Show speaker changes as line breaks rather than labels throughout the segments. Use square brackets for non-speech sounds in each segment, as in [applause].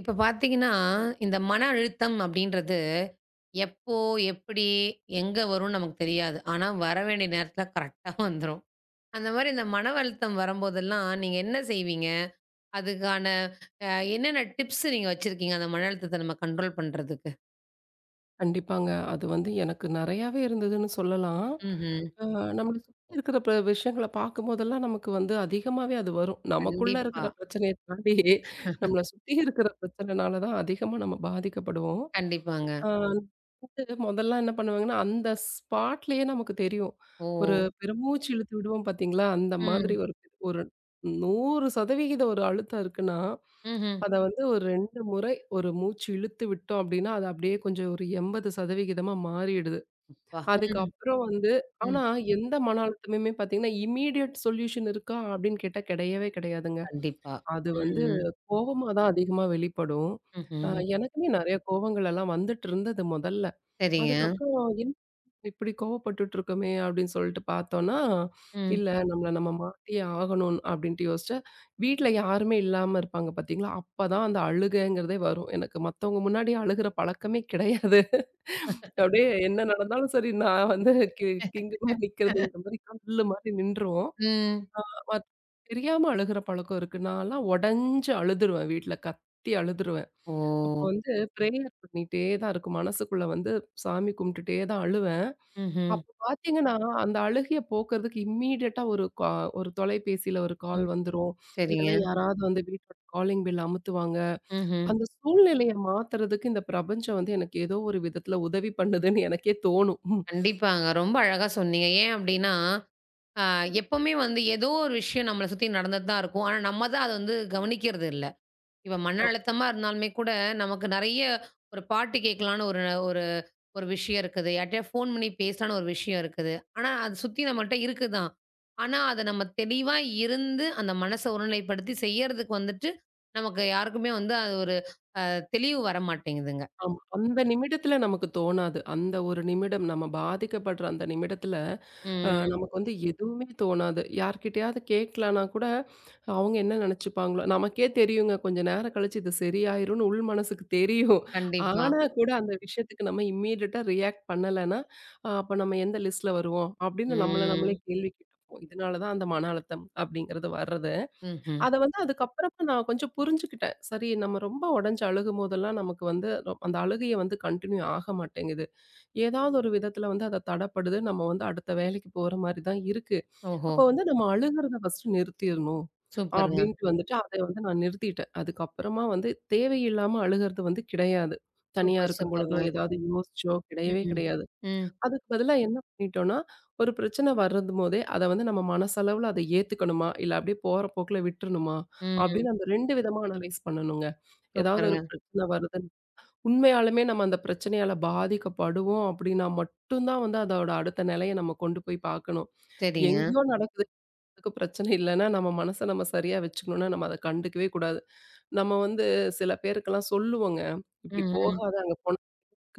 இப்ப பார்த்தீங்கன்னா, இந்த மன அழுத்தம் அப்படின்றது, எப்போ, எப்படி, எங்க வரும்னு நமக்கு தெரியாது. ஆனா, வர வேண்டிய நேரத்துல கரெக்ட்டா வந்துரும். அந்த மாரி இந்த மன அழுத்தம் வரும்போதெல்லாம், நீங்க என்ன செய்வீங்க? அதுக்கான அ என்னென்ன டிப்ஸ் நீங்க வச்சிருக்கீங்க? அந்த மன அழுத்தத்த நம்ம கண்ட்ரோல் பண்றதுக்கு?
கண்டிப்பாங்க. அது வந்து எனக்கு நெறையாவே இருந்ததுன்னு சொல்லலாம்.
ம்ஹ்ம்.
அ நம்மள சுத்தி இருக்கிற விஷயங்கள பார்க்கும்போதெல்லாம் நமக்கு வந்து அதிகமாவே அது வரும். நமக்குள்ள
கண்டிப்பா,
இருக்கிற பிரச்சனைய தாண்டி நம்மள சுத்தி இருக்கிற பிரச்சனைனால தான் அதிகமா நம்ம பாதிக்கப்படுவோம்.
கண்டிப்பாங்க.
அ வந்து மொதல்லாம் என்ன பண்ணுவாங்கன்னா, அந்த ஸ்பாட்லயே நமக்கு தெரியும்.
ஓ!
ஒரு பெருமூச்சு இழுத்து விடுவோம் பார்த்தீங்களா? அந்த மாதிரி
ம்.
ஒரு ஒரு 100% ஒரு அழுத்தம் இருக்குன்னா,
ம்ஹ்ம்.
அத வந்து ஒரு 2 முறை ஒரு மூச்சு இழுத்து விட்டோம் அப்டின்னா, அது அப்டியே கொஞ்சம் ஒரு 80% மாறிடுது.
அப்பா! ம்.
அதுக்கப்புறம் வந்து ஆனா
ம்.
எந்த மன அழுத்தமுமே பார்த்தீங்கன்னா, இம்மீடியட் சொல்யூஷன் இருக்கா அப்டின்னு கேட்டா கிடையவே கிடையாதுங்க.
கண்டிப்பா.
அது வந்து
ம்.
கோவமா தான் அதிகமா வெளிப்படும். அ
ம்ஹ்ம்.
எனக்குமே நெறைய கோவங்கள் எல்லாம் வந்துட்டு இருந்தது முதல்ல.
சரிங்க.
அதுக்கப்புறம் இப்படி கோவப்பட்டுட்ருக்கோமே அப்படின்னு சொல்லிட்டு பார்த்தோன்னா,
ம்.
இல்ல நம்மள நம்ம மாத்தியே ஆகணும் அப்படின்ட்டு யோசிச்சேன். வீட்ல யாருமே இல்லாம இருப்பாங்க பார்த்தீங்களா, அப்பதான் அந்த அழுகைங்கிறதே வரும். எனக்கு மத்தவங்க முன்னாடி அழுகுற பழக்கமே கிடையாது. அப்படியே என்ன நடந்தாலும் சரி நான் வந்து கி கிங்கு மாரி
[laughs] ம்.
நிக்கிறதுங்கிற மாரி கல்லு மாரி நின்றுவோம்.
ம்.
மத் தெரியாம அழுகுற பழக்கம் இருக்கு. நான்லாம் உடைஞ்சு அழுதுருவேன் வீட்ல. கத்தி அழுதுருவேன்.
ஓ!
அப்போ வந்து பிரேயர் பண்ணிட்டே தான் இருக்கும். மனசுக்குள்ள வந்து சாமி கும்பிட்டுட்டே தான் அழுவேன்.
ம்ஹ்ம்.
அப்போ பார்த்தீங்கன்னா, அந்த அழுகைய போக்குறதுக்கு இம்மீடியட்டா ஒரு தொலைபேசியில ஒரு கால்
ம்.
வந்துரும். இல்லன்னா
சரிங்க.
யாராவது வந்து வீட்டோட காலிங் பெல் அமுத்துவாங்க.
ம்ஹ்ம்.
அந்த சூழ்நிலைய மாத்துறதுக்கு இந்த பிரபஞ்சம் வந்து எனக்கு ஏதோ ஒரு விதத்துல உதவி பண்ணுதுன்னு எனக்கே தோணும். ம்.
கண்டிப்பாங்க. ரொம்ப அழகா சொன்னீங்க. ஏன் அப்டின்னா, அ எப்பவுமே வந்து ஏதோ ஒரு விஷயம் நம்மள சுத்தி நடந்துட்டு தான் இருக்கும். ஆனா, நம்ம தான் அத வந்து கவனிக்கிறது இல்ல. இப்ப மன
ஆமா,
அழுத்தமா இருந்தாலுமே கூட, நமக்கு நெறைய ஒரு பாட்டு கேட்கலான்னு ஒரு ஒரு ஒரு விஷயம் இருக்குது. யார்ட்டயா ஃபோன் பண்ணி பேசலான்னு ஒரு விஷயம் இருக்குது. ஆனா, அது சுத்தி நம்மள்ட்ட இருக்கு தான். ஆனா, அத நம்ம தெளிவா இருந்து, அந்த மனச ஒருநிலைப்படுத்தி செய்யறதுக்கு வந்துட்டு, நமக்கு யாருக்குமே வந்து அது ஒரு தெளிவு வர மாட்டேங்குதுங்க.
ஆமா. அந்த நிமிடத்துல நமக்கு தோணாது. அந்த ஒரு நிமிடம் நம்ம பாதிக்கப்படுற அந்த நிமிடத்துல
ம்.
நமக்கு வந்து எதுவுமே தோணாது. யார்கிட்டயாவது கேட்கலனா கூட, அவங்க என்ன நினச்சுப்பாங்களோ நமக்கே தெரியுங்க. கொஞ்ச நேரம் கழிச்சு இது சரியாயிரும்னு உள் மனசுக்கு தெரியும்.
கண்டிப்பா.
ஆனா கூட அந்த விஷயத்துக்கு நம்ம இம்மீடியட்டா ரியாக்ட் பண்ணலன்னா, அப்ப நம்ம எந்த லிஸ்ட்ல வருவோம்? அப்படின்னு நம்மள நம்மளே
ம்.
கேள்வி கேட்டுப்போம். இதனால தான் அந்த மன அழுத்தம் அப்படிங்கிறது வர்றது.
ம்ஹ்ம்.
அத வந்து அதுக்கப்புறமா நான் கொஞ்சம் புரிஞ்சுக்கிட்டேன். சரி நம்ம ரொம்ப உடைஞ்சு அழுகும்போதெல்லாம் நமக்கு வந்து அந்த அழுகைய வந்து கன்டின்யூ ஆக மாட்டேங்குது. ஏதாவது ஒரு விதத்துல வந்து அத தடப்படுது. நம்ம வந்து அடுத்த வேலைக்கு போற மாரி தான் இருக்கு.
ஓஹோ!
அப்போ வந்து நம்ம அழுகுறத ஃபர்ஸ்ட்டு நிறுத்திறணும்.
சூப்பருங்க.
அப்படின்ட்டு வந்துட்டு அத வந்து நான் நிறுத்திட்டேன். அதுக்கப்புறமா வந்து தேவையில்லாம அழுகுறது வந்து கிடையாது. தனியா
சூப்பர்,
இருக்கும் பொழுதோ,
சூப்பருங்க.
ஏதாவது யோசிச்சோ கிடையவே
ம்ஹ்ம்.
கிடையாது.
ம்.
அதுக்கு பதிலா என்ன பண்ணிட்டோம்னா, ஒரு பிரச்சனை வரும்போதே அத வந்து நம்ம மனசளவுல அத ஏத்துக்கணுமா? இல்ல அப்படியே போற போக்குல விட்டுறணுமா?
ம்.
அப்படின்னு அந்த 2 விதமா அனலைஸ் பண்ணணுங்க. ஏதாவது ஒரு
சூப்பருங்க.
பிரச்சனை வருது உண்மையாலுமே நம்ம அந்த பிரச்சனையால பாதிக்கப்படுவோம் அப்படின்னா மட்டும் தான் வந்து அதோட அடுத்த நிலைய நம்ம கொண்டு போய் பார்க்கணும்.
சரிங்க.
எங்கேயோ நடக்குது அதுக்கு பிரச்சனை இல்லன்னா, நம்ம மனச நம்ம சரியா வச்சுக்கணும்னா, நம்ம அத கண்டுக்கவே கூடாது. நம்ம வந்து சில பேருக்கெல்லாம் சொல்லுவோங்க, "இப்படி
ம்ஹ்ம்.
போகாத அங்க போனா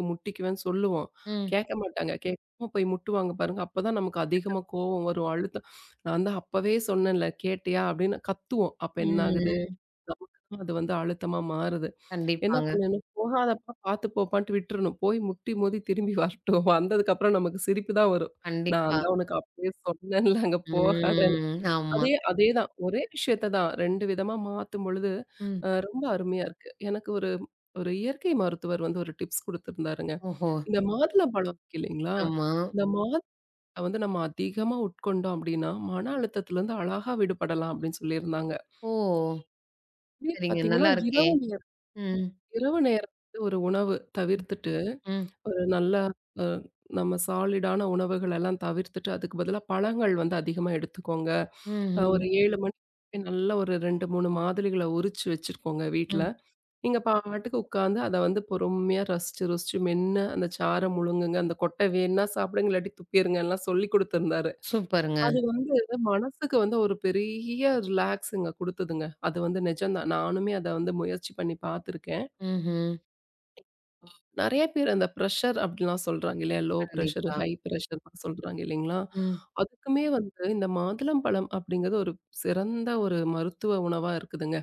முட்டிக்குவேன்னு" சொல்லுவோம்.
ம்.
கேட்க மாட்டாங்க. கேட்காம போய் முட்டுவாங்க பாருங்க. அப்பதான் நமக்கு அதிகமா கோவம் வரும், அழுத்தம். நான் தான் அப்பவே சொன்னேன்ல, "கேட்டியா?" அப்படின்னு கத்துவோம். அப்ப என்ன
ம்.
ஆகுது?
ம்.
நமக்கு தான் அது வந்து அழுத்தமா மாறுது. என்ன
கண்டிப்பாங்க.
பண்ணணும், போகாதப்ப பார்த்து போப்பான்ட்டு விட்டுறணும். போய் முட்டி மோதி திரும்பி வரட்டும். வந்ததுக்கப்புறம் நமக்கு சிரிப்பு தான் வரும். நான்
கண்டிப்பா.
தான் உனக்கு அப்பயே சொன்னேன்ல அங்க போகாதன்னு.
ம். ஆமா.
அதே அதே தான். ஒரே விஷயத்த தான் 2 விதமா மாத்தும் பொழுது,
ம்.
ரொம்ப அருமையா இருக்கு. எனக்கு ஒரு ஒரு இயற்கை மருத்துவர் வந்து ஒரு டிப்ஸ் குடுத்திருந்தாருங்க.
ஓஹோ!
இந்த மாதுளம்பழம் இருக்கு இல்லைங்களா?
ஆமா.
இந்த மாதுளை வந்து நம்ம அதிகமா உட்கொண்டோம் அப்படின்னா, மன அழுத்தத்திலருந்து அழகா விடுபடலாம் அப்படின்னு சொல்லியிருந்தாங்க.
ஓ!
இதே
சரிங்க.
பார்த்தீங்கன்னா,
நல்லா இருக்கே.
இரவு நேரம்
ம்.
இரவு நேரம் வந்து ஒரு உணவு தவிர்த்துட்டு
ம்.
ஒரு நல்ல அ நம்ம சாலிடான உணவுகள் எல்லாம் தவிர்த்துட்டு, அதுக்கு பதிலா பழங்கள் வந்து அதிகமா எடுத்துக்கோங்க.
ம்ஹ்ம்.
ஒரு 7 மணிக்கு நல்ல ஒரு 2, 3 மாதுளைகள உரிச்சு வச்சுக்கோங்க வீட்ல.
ம்.
நீங்க பாட்டுக்கு உட்கார்ந்து அத வந்து பொறுமையா ரசிச்சு, ரசிச்சு மென்னு அந்த சார முழுங்குங்க. அந்த கொட்டை வேணுனா சாப்பிடுங்க, இல்லாட்டி துப்பிருங்க எல்லாம் சொல்லிக் குடுத்திருந்தாரு.
சூப்பருங்க.
அது வந்து மனசுக்கு வந்து ஒரு பெரிய ரிலாக்ஸுங்க குடுத்ததுங்க. அது வந்து நிஜம்தான். நானுமே அத வந்து முயற்சி பண்ணி பார்த்துருக்கேன்.
ம்ஹ்ம்.
நெறைய பேர் அந்த பிரஷர் அப்படிலாம் சொல்றாங்க இல்லையா? லோ பிரஷர்,
கண்டிப்பா.
ஹை பிரஷர்லாம் சொல்றாங்க இல்லைங்களா?
ம்.
அதுக்குமே வந்து இந்த மாதுளம்பழம் அப்படிங்கிறது ஒரு சிறந்த ஒரு மருத்துவ உணவா இருக்குதுங்க.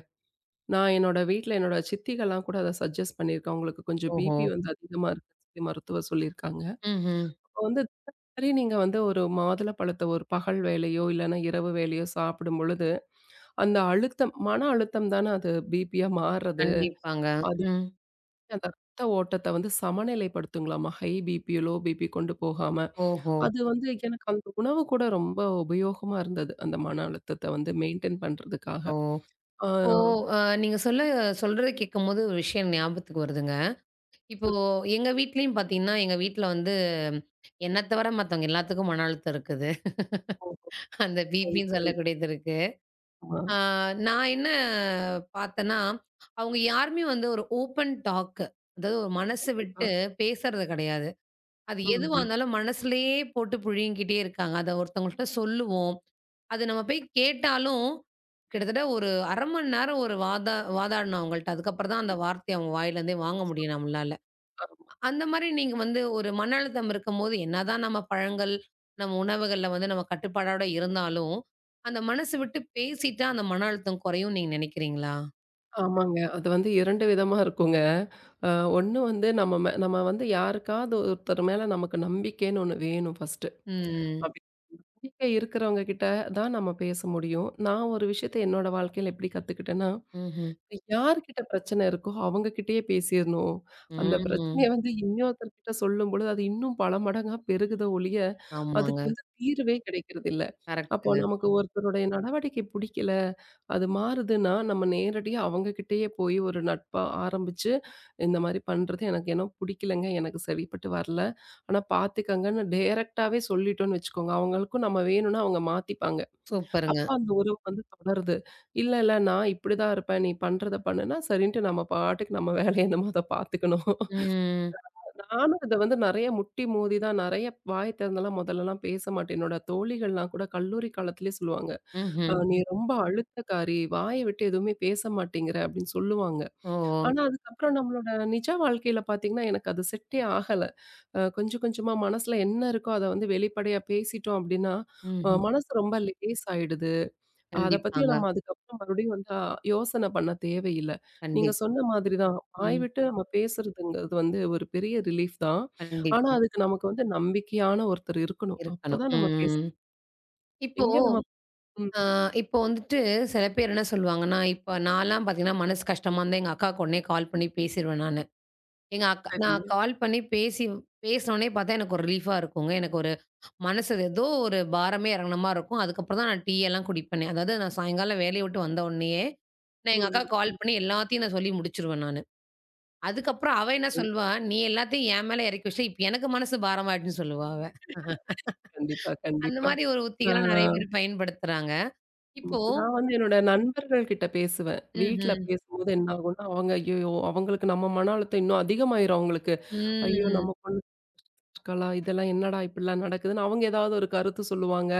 நான் என்னோட வீட்ல என்னோட சித்திகள்லாம் கூட அத சஜெஸ்ட் பண்ணியிருக்கேன். அவங்களுக்கு கொஞ்சம்
ஓஹோ!
பிபி வந்து அதிகமா இருக்குன்னு சொல்லி மருத்துவர் சொல்லியிருக்காங்க.
ம்ஹ்ம்.
அப்ப வந்து சரி நீங்க வந்து ஒரு மாதுளப்பழத்த ஒரு பகல் வேளையோ, இல்லன்னா இரவு வேளையோ சாப்பிடும் பொழுது, அந்த அழுத்தம் மன அழுத்தம் தானே அது பிபியா மாறுறது.
கண்டிப்பாங்க. ம்.
அந்த ரத்த ஓட்டத்த வந்து சமநிலைப்படுத்துங்களாமா. ஹை பிபி, லோ பிபி கொண்டு போகாம.
ஓஹோ!
அது வந்து எனக்கு அந்த உணவு கூட ரொம்ப உபயோகமா இருந்தது. அந்த மன அழுத்தத்த வந்து மெயின்டெயின் பண்றதுக்காக.
ஓ!
ஆ
இப்போ அ நீங்க சொல்ல சொல்றத கேட்கும்போது ஒரு விஷயம் ஞாபகத்துக்கு வருதுங்க. இப்போ எங்க வீட்லயும் பார்த்தீங்கன்னா, எங்க வீட்ல வந்து என்ன தவிர மத்தவங்க எல்லாத்துக்கும் மன அழுத்தம் இருக்குது. அந்த
சரி,
பிபின்னு
சரி.
சொல்லக்கூடியது இருக்கு.
ஆமா.
ஆ நான் என்ன பார்த்தேன்னா, அவங்க யாருமே வந்து ஒரு ஓப்பன் டாக், அதாவது ஒரு மனசு
கண்டிப்பா.
விட்டு பேசுறது கிடையாது. அது எதுவா
ம்ஹ்ம்.
இருந்தாலும் மனசுலயே போட்டு புழுங்கிக்கிட்டே இருக்காங்க. அத ஒருத்தவங்கள்ட்ட சொல்லுவோம். அது நம்ம போய் கேட்டாலும், கிட்டத்தட்ட ஒரு 1/2 மணி நேரம் ஒரு வாதா வாதாடணும் அவங்கள்ட்ட. அதுக்கப்புறம் தான் அந்த வார்த்தைய அவங்க வாயிலேருந்தே வாங்க முடியும் நம்மளால. அந்த மாரி நீங்க வந்து ஒரு மன அழுத்தம் இருக்கும்போது, என்னதான் நம்ம பழங்கள், நம்ம உணவுகள்ல வந்து நம்ம கட்டுப்பாடோட இருந்தாலும், அந்த மனசு விட்டு பேசிட்டா அந்த மன அழுத்தம் குறையும்னு நீங்க நினைக்கிறீங்களா?
ஆமாங்க. அது வந்து 2 விதமா இருக்குங்க. அ ஒண்ணு வந்து நம்ம வந்து யாருக்காவது ஒருத்தர் மேல நமக்கு நம்பிக்கைன்னு ஒண்ணு வேணும் ஃபர்ஸ்ட்டு.
ம்.
அப்படி நம்பிக்கை இருக்கிறவங்க கிட்ட தான் நம்ம பேச முடியும். நான் ஒரு விஷயத்த என்னோட வாழ்க்கையில எப்படி கத்துக்கிட்டேன்னா
ம்ஹ்ம்.
யார்கிட்ட பிரச்சனை இருக்கோ, அவங்க கிட்டயே பேசிறணும். அந்த பிரச்சனைய
ம்.
வந்து இன்னொருத்தர்கிட்ட சொல்லும்பொழுது, அது இன்னும் பல மடங்கா பெருகுதே ஒழிய,
ஆமாங்க.
அதுக்கு வந்து தீர்வே கிடைக்கிறதில்ல. அப்போ
கரெக்ட்டுங்க.
நமக்கு ஒருத்தருடைய நடவடிக்கை புடிக்கல, அது மாறுதுன்னா, நம்ம நேரடியா அவங்க கிட்டயே போய் ஒரு நட்பா ஆரம்பிச்சு, இந்த மாரி பண்றது எனக்கு ஏனோ புடிக்கலங்க, எனக்கு சரிப்பட்டு வரல. ஆனா பாத்துக்கங்கன்னு டைரக்ட்டாவே சொல்லிட்டோம்னு வச்சுக்கோங்க, அவங்களுக்கும் நம்ம வேணும்னா அவங்க மாத்திப்பாங்க.
சூப்பருங்க.
அப்ப அந்த உறவு வந்து தொடருது. "இல்ல, இல்ல நான் இப்படிதான் இருப்பேன். நீ பண்றத பண்ணுனா" சரின்ட்டு நம்ம பாட்டுக்கு நம்ம வேலைய என்னமோ அத பார்த்துக்கணும்.
ம்.
நானும் இத வந்து நெறைய முட்டி மோதி தான் நெறைய வாய் திறந்தெல்லாம் முதல்லலாம் பேச மாட்டேன். என்னோட தோழிகள்லாம் கூட கல்லூரி காலத்திலேயே சொல்லுவாங்க.
ம்ஹ்ம்.
நீ ரொம்ப அழுத்தக்காரி, வாய விட்டு எதுவுமே பேச மாட்டேங்கிற" அப்படின்னு சொல்லுவாங்க.
ஓ!
ஆனா அதுக்கப்புறம் நம்மளோட நிஜ வாழ்க்கையில பார்த்தீங்கன்னா, எனக்கு அது செட்டே ஆகல. கொஞ்சம் கொஞ்சமா மனசுல என்ன இருக்கோ அத வந்து வெளிப்படையா பேசிட்டோம் அப்படின்னா,
ம்ஹ்ம்.
மனசு ரொம்ப லேஸ் ஆயிடுது. அத பத்தி
கண்டிப்பாங்க.
நம்ம அதுக்கப்புறம் மறுபடியும் வந்து யோசனை பண்ண தேவையில்ல. நீங்க
கண்டிப்பா.
சொன்ன மாதிரி தான். வாய்
ம்.
விட்டு நம்ம பேசுறதுங்கிறது வந்து ஒரு பெரிய ரிலீஃப் தான். ஆனா,
கண்டிப்பா.
அதுக்கு நமக்கு வந்து நம்பிக்கையான ஒருத்தர் இருக்கணும்.
இருக்கணும்.
அப்பதான் நம்ம
ம்.
பேசலாம்.
இப்போ
எங்க நம்ம ம்
அ இப்போ வந்துட்டு சில பேர் என்ன சொல்லுவாங்கன்னா, இப்ப நான்லாம் பார்த்தீங்கன்னா, மனசு கஷ்டமா இருந்தா எங்க அக்காவுக்கு உடனே கால் பண்ணி பேசிருவேன் நானு. எங்க அக்கா நான்
சரிங்க.
கால் பண்ணி பேசினோனே பார்த்தா எனக்கு ஒரு ரிலீஃபா இருக்குங்க. எனக்கு ஒரு மனசு ஏதோ ஒரு பாரமே இறங்குன மாரி இருக்கும். அதுக்கப்புறம் தான் நான் டீ எல்லாம் குடிப்பேனே. அதாவது நான் சாயங்காலம் வேலைய விட்டு வந்த உடனேயே, நான் எங்க
ம்,
அக்காவுக்கு
ம்.
கால் பண்ணி எல்லாத்தையும் நான் சொல்லி முடிச்சுருவேன் நானு. அதுக்கப்புறம் அவ என்ன
சரி.
சொல்லுவா, "நீ எல்லாத்தையும் என் மேல இறக்கி வச்சுட்ட, இப்ப எனக்கு மனசு பாரமாயிடுச்சுன்னு" சொல்லுவா அவ.
கண்டிப்பா,
அந்த
கண்டிப்பா.
மாரி ஒரு உத்திகள்லாம் நெறைய
நான்
பேர் பயன்படுத்துறாங்க. இப்ப
நான் வந்து என்னோட நண்பர்கள் கிட்ட பேசுவேன். வீட்ல
ம்ஹ்ம்.
பேசும்போது என்ன ஆகும்னா, அவங்க ஐயய்யோ! அவங்களுக்கு நம்ம மன அழுத்தம் இன்னும் அதிகமாயிரும் அவங்களுக்கு. ஐயோ!
ம்.
நம்ம பொண்ணு இருக்காளா? இதெல்லாம் என்னடா இப்படிலாம் நடக்குதுன்னு அவங்க ஏதாவது ஒரு கருத்து சொல்லுவாங்க.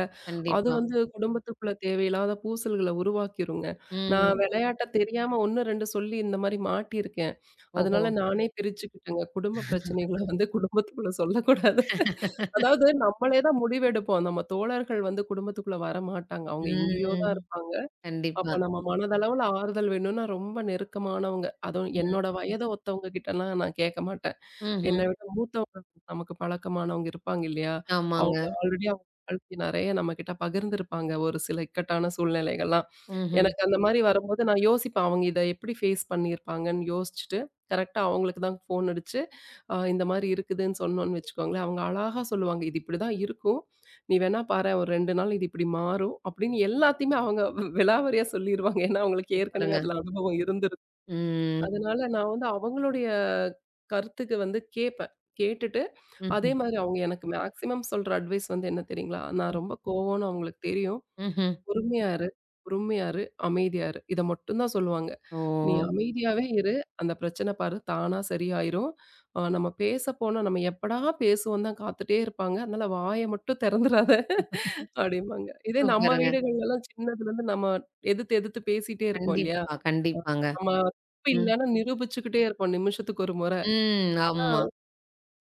அது ம்.
கண்டிப்பா.
வந்து குடும்பத்துக்குள்ள தேவையில்லாத பூசல்கள உருவாக்கிருங்க. நான்
ம்.
விளையாட்ட தெரியாம 1, 2 சொல்லி இந்த மாரி மாட்டியிருக்கேன்.
ஓஹோ!
அதனால நானே பிரிச்சுக்கிட்டேங்க. குடும்ப பிரச்சனைகள வந்து குடும்பத்துக்குள்ள சொல்லக்கூடாது. அதாவது நம்மளே தான் முடிவெடுப்போம். நம்ம தோழர்கள் வந்து குடும்பத்துக்குள்ள வரமாட்டாங்க. அவங்க எங்கேயோ தான்
ம்.
இருப்பாங்க.
கண்டிப்பா.
அப்ப நம்ம மனதளவுல ஆறுதல் வேணும்னா ரொம்ப நெருக்கமானவங்க. அதுவும் என்னோட
ம்.
வயத ஒத்தவங்க கிட்டலாம் நான் கேட்க மாட்டேன்.
ம்ஹ்ம்.
என்னை விட மூத்தவங்க நமக்கு பழக்கமானவங்க இருப்பாங்க இல்லையா?
ஆமாங்க.
அவங்க ஆல்ரெடி அவங்க வாழ்க்கை நெறைய நம்மகிட்ட பகிர்ந்திருப்பாங்க ஒரு சில இக்கட்டான சூழ்நிலைகள்லாம்.
ம்ஹ்ம்.
எனக்கு அந்த மாரி வரும்போது நான் யோசிப்பேன். அவங்க இத எப்படி ஃபேஸ் பண்ணியிருப்பாங்கன்னு யோசிச்சுட்டு, கரெக்ட்டா அவங்களுக்கு தான் ஃபோன் அடிச்சு, இந்த மாரி இருக்குதுன்னு சொன்னோன்னு வச்சுக்கோங்களேன், அவங்க அழகா சொல்லுவாங்க. இது இப்படிதான் இருக்கும். நீ வேணா பாரேன் ஒரு 2 நாள் இது இப்படி மாறும். அப்படின்னு எல்லாத்தையுமே அவங்க விலாவாரியா சொல்லிருவாங்க. ஏன்னா அவங்களுக்கு ஏற்கனவே
சூப்பருங்க.
அதுல அனுபவம் இருந்திருக்கும்.
ம்.
அதனால நான் வந்து அவங்களுடைய கருத்துக்கு வந்து கேட்பேன். கேட்டுட்டு, அதே
ம்ஹ்ம்.
மாரி அவங்க எனக்கு மேக்ஸிமம் சொல்ற அட்வைஸ் வந்து என்ன தெரியுங்களா? நான்
ம்.
ரொம்ப கோவம்னு அவங்களுக்கு தெரியும்.
ம்ஹ்ம்.
பொறுமையா இரு, பொறுமையா இரு, அமைதியா இரு. இத மட்டும் தான் சொல்லுவாங்க. நீ
ஓ!
அமைதியாவே இரு. அந்த பிரச்சனை பாரு தானா சரியாயிரும். நம்ம பேச போனா நம்ம எப்படா பேசுவோம் தான் காத்துட்டே இருப்பாங்க. அதனால வாய மட்டும் திறந்துராத அப்டிம்பாங்க. இதே நம்ம
சூப்பருங்க.
வீடுகள்லலாம் சின்னதுலருந்து நம்ம எதிர்த்து எதிர்த்து பேசிட்டே இருப்போம் இல்லையா?
கண்டிப்பா, கண்டிப்பாங்க.
நம்ம தப்பு
ம்.
இல்லன்னு நிரூபிச்சுக்கிட்டே இருப்போம் நிமிஷத்துக்கு ஒரு முறை.
ம். ஆமா.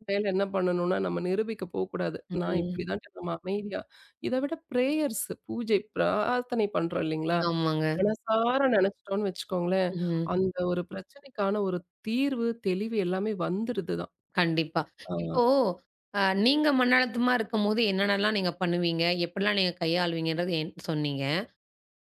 மேல என்ன பண்ணணும்னா, நம்ம நிரூபிக்க போக்கூடாது. நான்
ம்.
இப்படிதான்ட்டு நம்ம அமைதியா இத விட பிரேயர்ஸ் பூஜை, பிரார்த்தனை பண்றோம் இல்லைங்களா?
ஆமாங்க.
மனசார நெனச்சுட்டோம்னு வச்சுக்கோங்களேன்,
ம்.
அந்த ஒரு பிரச்சனைக்கான ஒரு தீர்வு, தெளிவு எல்லாமே வந்துருது தான்.
கண்டிப்பா.
ஆ
இப்போ நீங்க மன அழுத்தமா இருக்கும்போது என்னென்னலாம் நீங்க பண்ணுவீங்க? எப்படிலாம் நீங்க கையாளுவீங்கன்றது என் சொன்னீங்க.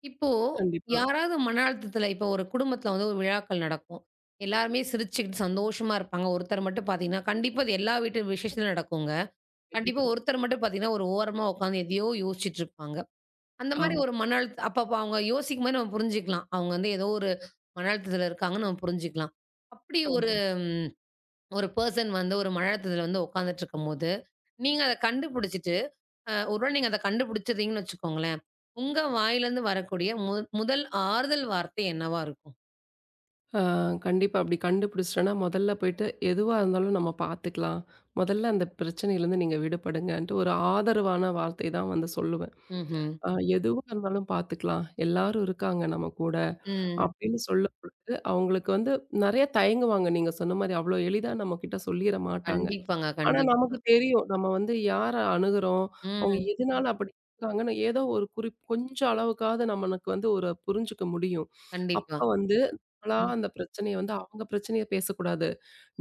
இப்போ
கண்டிப்பா,
யாராவது மன அழுத்தத்துல இப்போ ஒரு குடும்பத்துல வந்து ஒரு விழாக்கள் நடக்கும். எல்லாருமே சிரிச்சுக்கிட்டு சந்தோஷமா இருப்பாங்க. ஒருத்தர் மட்டும் பார்த்தீங்கன்னா, கண்டிப்பா அது எல்லா வீட்டு விசேஷத்துலயும் நடக்குங்க. கண்டிப்பா
கண்டிப்பா.
ஒருத்தர் மட்டும் பார்த்தீங்கன்னா, ஒரு ஓரமா உட்காந்து எதையோ யோசிச்சுட்டு இருப்பாங்க. அந்த மாரி
ஆமா,
ஒரு மன அழுத்த அப்பப்ப அவங்க யோசிக்கும்போது நம்ம புரிஞ்சுக்கலாம். அவங்க வந்து ஏதோ ஒரு மன அழுத்தத்துல இருக்காங்கன்னு நம்ம புரிஞ்சுக்கலாம். அப்படி ஒரு
ஆமா.
ம் ஒரு பெர்சன் வந்து ஒரு மன அழுத்தத்துல வந்து உட்காந்துட்டு இருக்கும்போது, நீங்க அத கண்டுபிடிச்சுட்டு ஒரு வேள நீங்க அத கண்டுபிடிச்சிர்றீங்கன்னு வச்சுக்கோங்களேன். உங்க வாயிலருந்து வரக்கூடிய முதல் ஆறுதல் வார்த்தை என்னவா இருக்கும்?
ஆ கண்டிப்பா அப்படி கண்டுபிடிச்சிட்டேன்னா, முதல்ல போயிட்டு எதுவா இருந்தாலும் நம்ம பார்த்துக்கலாம். முதல்ல அந்த பிரச்சனையிலேருந்து நீங்க விடுபடுங்கன்ட்டு ஒரு ஆதரவான வார்த்தை தான் வந்து சொல்லுவேன்.
ம்ஹ்ம்.
அ எதுவா இருந்தாலும் பார்த்துக்கலாம். எல்லாரும் இருக்காங்க நம்ம கூட.
ம்.
அப்படின்னு சொல்லும் பொழுது, அவங்களுக்கு வந்து நெறைய தயங்குவாங்க. நீங்க சொன்ன மாரி அவ்வளோ எளிதா நம்மகிட்ட சொல்லிற மாட்டாங்க.
கண்டிப்பாங்க.
ஆனா
கண்டிப்பா.
நமக்கு தெரியும். நம்ம வந்து யார அணுகுறோம், அவங்க
ம்.
எதுனால அப்படி இருக்காங்கன்னு ஏதோ ஒரு கொஞ்சம் அளவுக்காவது நமக்கு வந்து ஒரு புரிஞ்சுக்க முடியும். அப்ப
கண்டிப்பா.
வந்து நம்மளா
ம்.
அந்த பிரச்சனைய வந்து அவங்க பிரச்சனைய பேசக்கூடாது.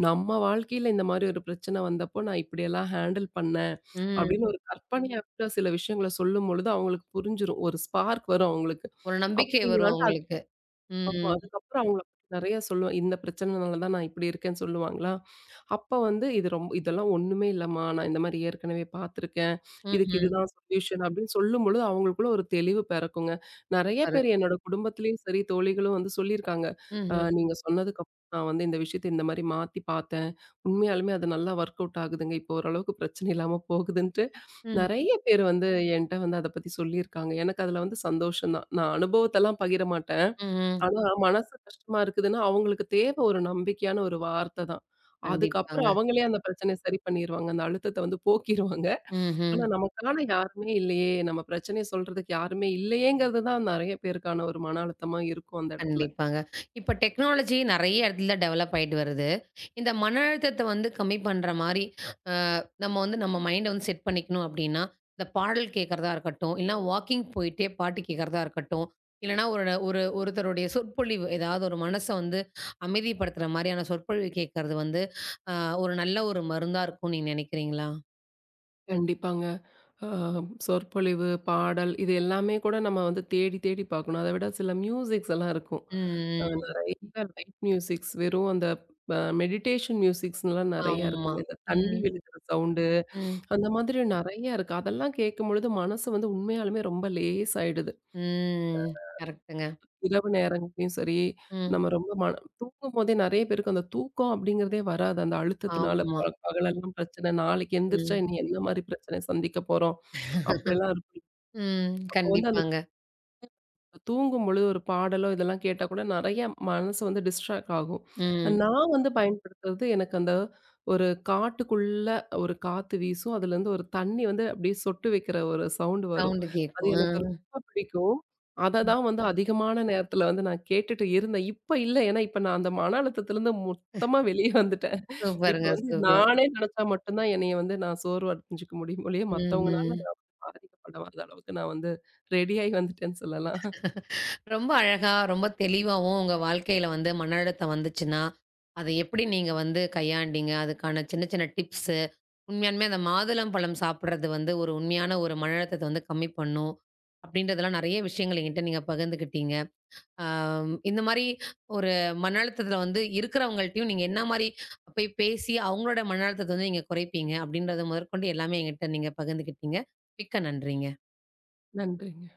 நம்ம வாழ்க்கையில இந்த மாரி ஒரு பிரச்சனை வந்தப்போ, நான் இப்படியெல்லாம் ஹேண்டில் பண்ணேன்
ம்.
அப்படின்னு ஒரு கற்பனையாட்ட சில விஷயங்கள சொல்லும்பொழுது அவங்களுக்கு புரிஞ்சிரும். ஒரு ஸ்பார்க் வரும் அவங்களுக்கு.
ஒரு நம்பிக்கை வரும்
அப்படிங்களான்ட்டு
அவங்களுக்கு.
ஆமா.
ம்.
அதுக்கப்புறம் அவங்கள பத்தி நெறைய சொல்லுவேன். இந்த பிரச்சனைனால தான் நான் இப்படி இருக்கேன்னு சொல்லுவாங்களா, அப்ப வந்து இது ரொம்ப இதெல்லாம் ஒண்ணுமே இல்லம்மா. நான் இந்த மாரி ஏற்கனவே பார்த்துருக்கேன். இதுக்கு
ம்ஹ்ம்.
இதுதான் சொல்யூஷன் அப்படின்னு சொல்லும்பொழுது அவங்களுக்குள்ள ஒரு தெளிவு பிறக்குங்க. நெறைய
சூப்பரு.
பேர் என்னோட குடும்பத்திலயும் சரி, தோழிகளும் வந்து சொல்லியிருக்காங்க.
ம்ஹ்ம்.
நீங்க சொன்னதுக்கு அப்புறம் நான் வந்து இந்த விஷயத்த இந்த மாரி மாத்தி பார்த்தேன். உண்மையாலுமே அது நல்லா ஒர்க் அவுட் ஆகுதுங்க. இப்போ ஓரளவுக்கு பிரச்சனை இல்லாம போகுதுன்ட்டு
ம்.
நெறைய பேர் வந்து என்ட்ட வந்து அத பத்தி சொல்லியிருக்காங்க. எனக்கு அதுல வந்து சந்தோஷம் தான். நான் அனுபவத்தெல்லாம் பகிர மாட்டேன்.
ம்ஹ்ம்.
ஆனா, மனசு கஷ்டமா இருக்குதுன்னா, அவங்களுக்கு தேவ ஒரு நம்பிக்கையான ஒரு வார்த்த தான்.
கண்டிப்பாங்க.
அதுக்கப்புறம் அவங்களே அந்த பிரச்சனைய சரி பண்ணிருவாங்க. அந்த அழுத்தத்த வந்து போக்கிருவாங்க. ஆனா,
ம்ஹ்ம்.
நமக்கான யாருமே இல்லையே! நம்ம பிரச்சனைய சொல்றதுக்கு யாருமே இல்லையேங்கிறது தான் நெறைய பேருக்கான ஒரு மன அழுத்தமா இருக்கும் அந்த இடத்துல.
கண்டிப்பாங்க. இப்ப டெக்னாலஜி நெறைய இடத்துல டெவலப் ஆயிட்டு வருது. இந்த மன அழுத்தத்த வந்து கம்மி பண்ற மாரி, அ நம்ம வந்து நம்ம மைண்ட வந்து செட் பண்ணிக்கணும் அப்டின்னா, இந்த பாடல் கேட்கறதா இருக்கட்டும், இல்லன்னா வாக்கிங் போயிட்டே பாட்டு கேட்கறதா இருக்கட்டும், இல்லன்னா ஒரு ஒரு ஒருத்தருடைய சொற்பொழிவு, ஏதாவது ஒரு மனச வந்து அமைதிப்படுத்துற மாரியான சொற்பொழிவு கேட்கறது வந்து, அ ஒரு நல்ல ஒரு மருந்தா இருக்கும்னு நீங்க நெனைக்கிறீங்களா?
கண்டிப்பாங்க. ஆ சொற்பொழிவு, பாடல் இது எல்லாமே கூட நம்ம வந்து தேடி தேடி பார்க்கணும். அத விட சில மியூசிக்ஸ் எல்லாம் இருக்கும்.
ம், ம்.
நெறைய லைட் மியூசிக்ஸ் வெறும் அந்த மெடிடேஷன் மியூசிக்ஸ்லாம் நெறைய
ஆமா.
இருக்குங்க. இந்த தண்ணி
ம்,
விழுகிற சவுண்டு
ம்,
அந்த மாதிரி நெறைய இருக்கு. அதெல்லாம் கேட்கும்பொழுது மனசு வந்து உண்மையாலுமே ரொம்ப லேசாயிடுது.
ம். கரெக்ட்டுங்க.
இரவு நேரங்கள்லயும் சரி,
ம்.
நம்ம ரொம்ப மன தூங்கும்போதே நெறைய பேருக்கு அந்த தூக்கம் அப்படிங்கிறதே வராது. அந்த அழுத்தத்தினால
ஆமா.
பகலெல்லாம் பிரச்சனை, நாளைக்கு எந்திரிச்சா
ம்.
இனி என்ன மாரி பிரச்சனை சந்திக்க போறோம், அப்படிலாம் இருக்கும்.
ம்.
அப்போ வந்து
கண்டிப்பாங்க.
தூங்கும்பொழுது ஒரு பாடலோ, இதெல்லாம் கேட்டா கூட நெறைய மனசு வந்து டிஸ்ட்ராக்ட் ஆகும்.
ம்.
நான் வந்து பயன்படுத்துறது எனக்கு அந்த ஒரு காட்டுக்குள்ள ஒரு காத்து வீசும். அதுலேருந்து ஒரு தண்ணி வந்து அப்படியே சொட்டு வைக்கிற ஒரு சவுண்ட் வரும்.
சவுண்டு
அது
கேட்கும். ஆ.
எனக்கு ரொம்ப பிடிக்கும். அத தான் வந்து அதிகமான நேரத்தில வந்து நான் கேட்டுட்டு இருந்தேன். இப்ப இல்ல. ஏன்னா இப்ப நான் அந்த மன அழுத்தத்திலேருந்து மொத்தமா வெளிய வந்துட்டேன். இப்ப
சூப்பருங்க,
வந்து
சூப்பர்.
நானே நெனச்சா மட்டும் தான் என்னைய வந்து நான் சோர்வு அடைஞ்சுக்க முடியும் ஒழிய
ம்,
மத்தவங்கனால
ம்.
நான் பாதிக்கப்பட வர்ற அளவுக்கு நான் வந்து ரெடியாகி வந்துட்டேன்னு சொல்லலாம்.
ரொம்ப அழகா, ரொம்ப தெளிவாவும் உங்க வாழ்க்கையில வந்து மன அழுத்தம் வந்துச்சுன்னா, அத எப்படி நீங்க வந்து கையாண்டீங்க? அதுக்கான சின்ன சின்ன டிப்ஸு, உண்மையாலுமே அந்த மாதுளம்பழம் சாப்பிடுறது வந்து ஒரு உண்மையான ஒரு மன அழுத்தத்த வந்து கம்மி பண்ணும். அப்படின்றதெல்லாம் நெறைய விஷயங்கள் என்கிட்ட நீங்க பகிர்ந்துக்கிட்டீங்க. ஆம், இந்த மாரி ஒரு மன அழுத்தத்துல வந்து இருக்கிறவங்கள்ட்டயும் நீங்க என்ன மாரி போய் பேசி அவங்களோட மன அழுத்தத்த வந்து நீங்க குறைப்பீங்க? அப்படின்றத முதற்கொண்டு எல்லாமே என்கிட்ட நீங்க பகிர்ந்துக்கிட்டீங்க. மிக்க நன்றிங்க.
நன்றிங்க.